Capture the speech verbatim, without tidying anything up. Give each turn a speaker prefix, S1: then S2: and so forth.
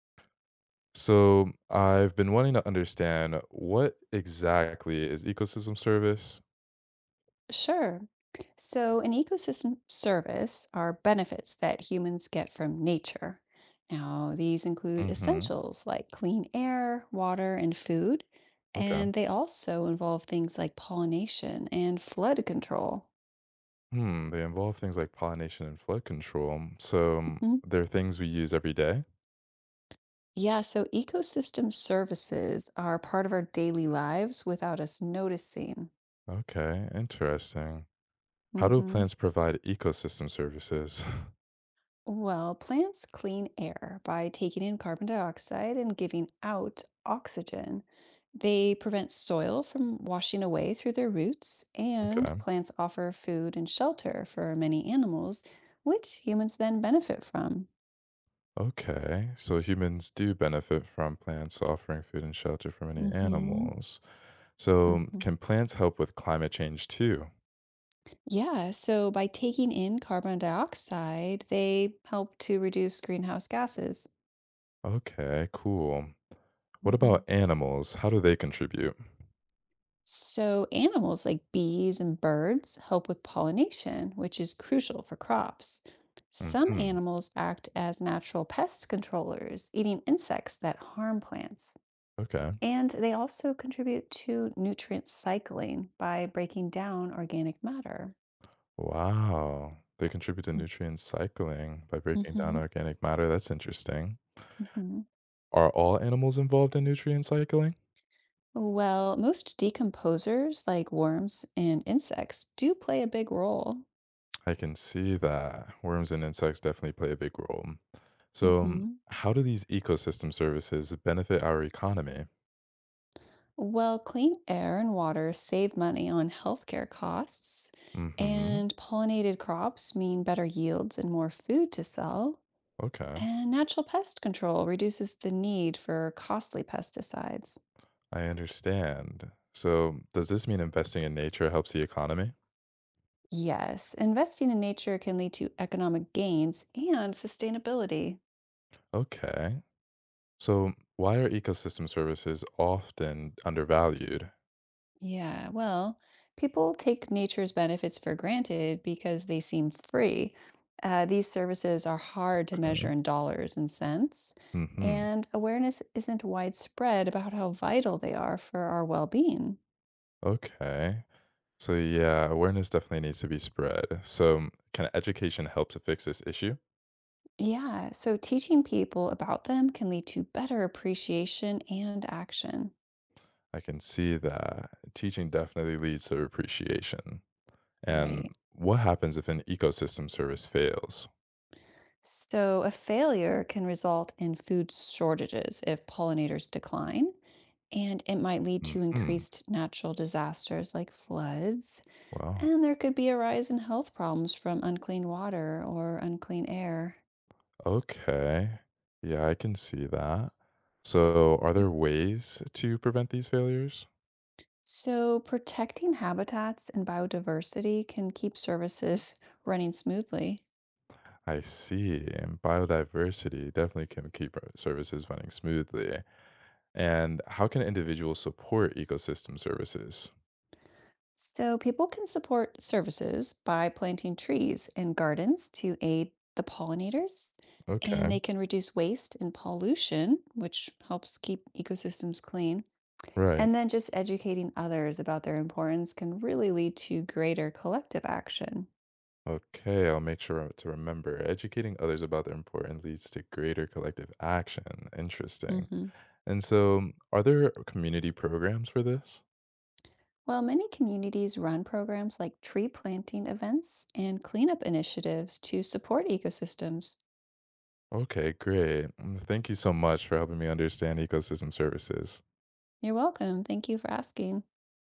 S1: So I've been wanting to understand what exactly is ecosystem service?
S2: Sure. So, an ecosystem service are benefits that humans get from nature. Now, these include
S1: hmm
S2: essentials like clean air, water, and food,
S1: Okay.
S2: and they also involve things like pollination and flood control.
S1: Hmm. They involve things like pollination and flood control. So um,
S2: Mhm.
S1: they're things we use every day.
S2: Yeah, so ecosystem services are part of our daily lives without us noticing.
S1: Okay. Interesting. How do
S2: Mhm.
S1: plants provide ecosystem services?
S2: Well, plants clean air by taking in carbon dioxide and giving out oxygen. They prevent soil from washing away through their roots, and
S1: okay.
S2: plants offer food and shelter for many animals, which humans then benefit from.
S1: Okay. So humans do benefit from plants offering food and shelter for many
S2: Hmm.
S1: animals. So um,
S2: Hmm.
S1: can plants help with climate change too?
S2: Yeah, so by taking in carbon dioxide, they help to reduce greenhouse gases.
S1: Okay, cool. What
S2: Mhm.
S1: about animals? How do they contribute?
S2: So, animals like bees and birds help with pollination, which is crucial for crops. Some
S1: Mhm.
S2: animals act as natural pest controllers, eating insects that harm plants.
S1: Okay.
S2: And they also contribute to nutrient cycling by breaking down organic matter.
S1: Wow. They contribute to nutrient cycling by breaking down
S2: Mm-hmm.
S1: organic matter. That's interesting.
S2: Hmm.
S1: Are all animals involved in nutrient cycling?
S2: Well, most decomposers, like worms and insects, do play a big role.
S1: I can see that. Worms and insects definitely play a big role. So, um,
S2: Mm-hmm.
S1: how do these ecosystem services benefit our economy?
S2: Well, clean air and water save money on healthcare costs,
S1: Mhm.
S2: and pollinated crops mean better yields and more food to sell,
S1: Okay.
S2: and natural pest control reduces the need for costly pesticides.
S1: I understand. So, does this mean investing in nature helps the economy?
S2: Yes, investing in nature can lead to economic gains and sustainability.
S1: Okay. So, why are ecosystem services often undervalued?
S2: Yeah, well, people take nature's benefits for granted because they seem free. Uh, these services are hard to
S1: Okay.
S2: measure in dollars and cents,
S1: hmm
S2: and awareness isn't widespread about how vital they are for our well-being.
S1: Okay. So, yeah, awareness definitely needs to be spread. So, can education help to fix this issue?
S2: Yeah, so teaching people about them can lead to better appreciation and action.
S1: I can see that teaching definitely leads to appreciation. And
S2: Right.
S1: what happens if an ecosystem service fails?
S2: So, a failure can result in food shortages if pollinators decline, and it might lead to
S1: Hmm.
S2: increased natural disasters like floods,
S1: Well,
S2: and there could be a rise in health problems from unclean water or unclean air.
S1: okay. Yeah, I can see that. So, are
S2: Mhm.
S1: there ways to prevent these failures?
S2: So, protecting habitats and biodiversity can keep services running smoothly.
S1: I see. And biodiversity definitely can keep our services running smoothly. And how can individuals support ecosystem services?
S2: So, people can support services by planting trees in gardens to aid the pollinators, and
S1: Okay,
S2: they can reduce waste and pollution, which helps keep ecosystems clean.
S1: right.
S2: And then just educating others about their importance can really lead to greater collective action.
S1: Okay, I'll make sure to remember educating others about their importance leads to greater collective action. Interesting.
S2: Mhm.
S1: And so, are there community programs for this?
S2: Well, many communities run programs like tree planting events and cleanup initiatives to support ecosystems.
S1: Okay, great. Mm, thank you so much for helping me understand ecosystem services.
S2: You're welcome. Thank you for asking.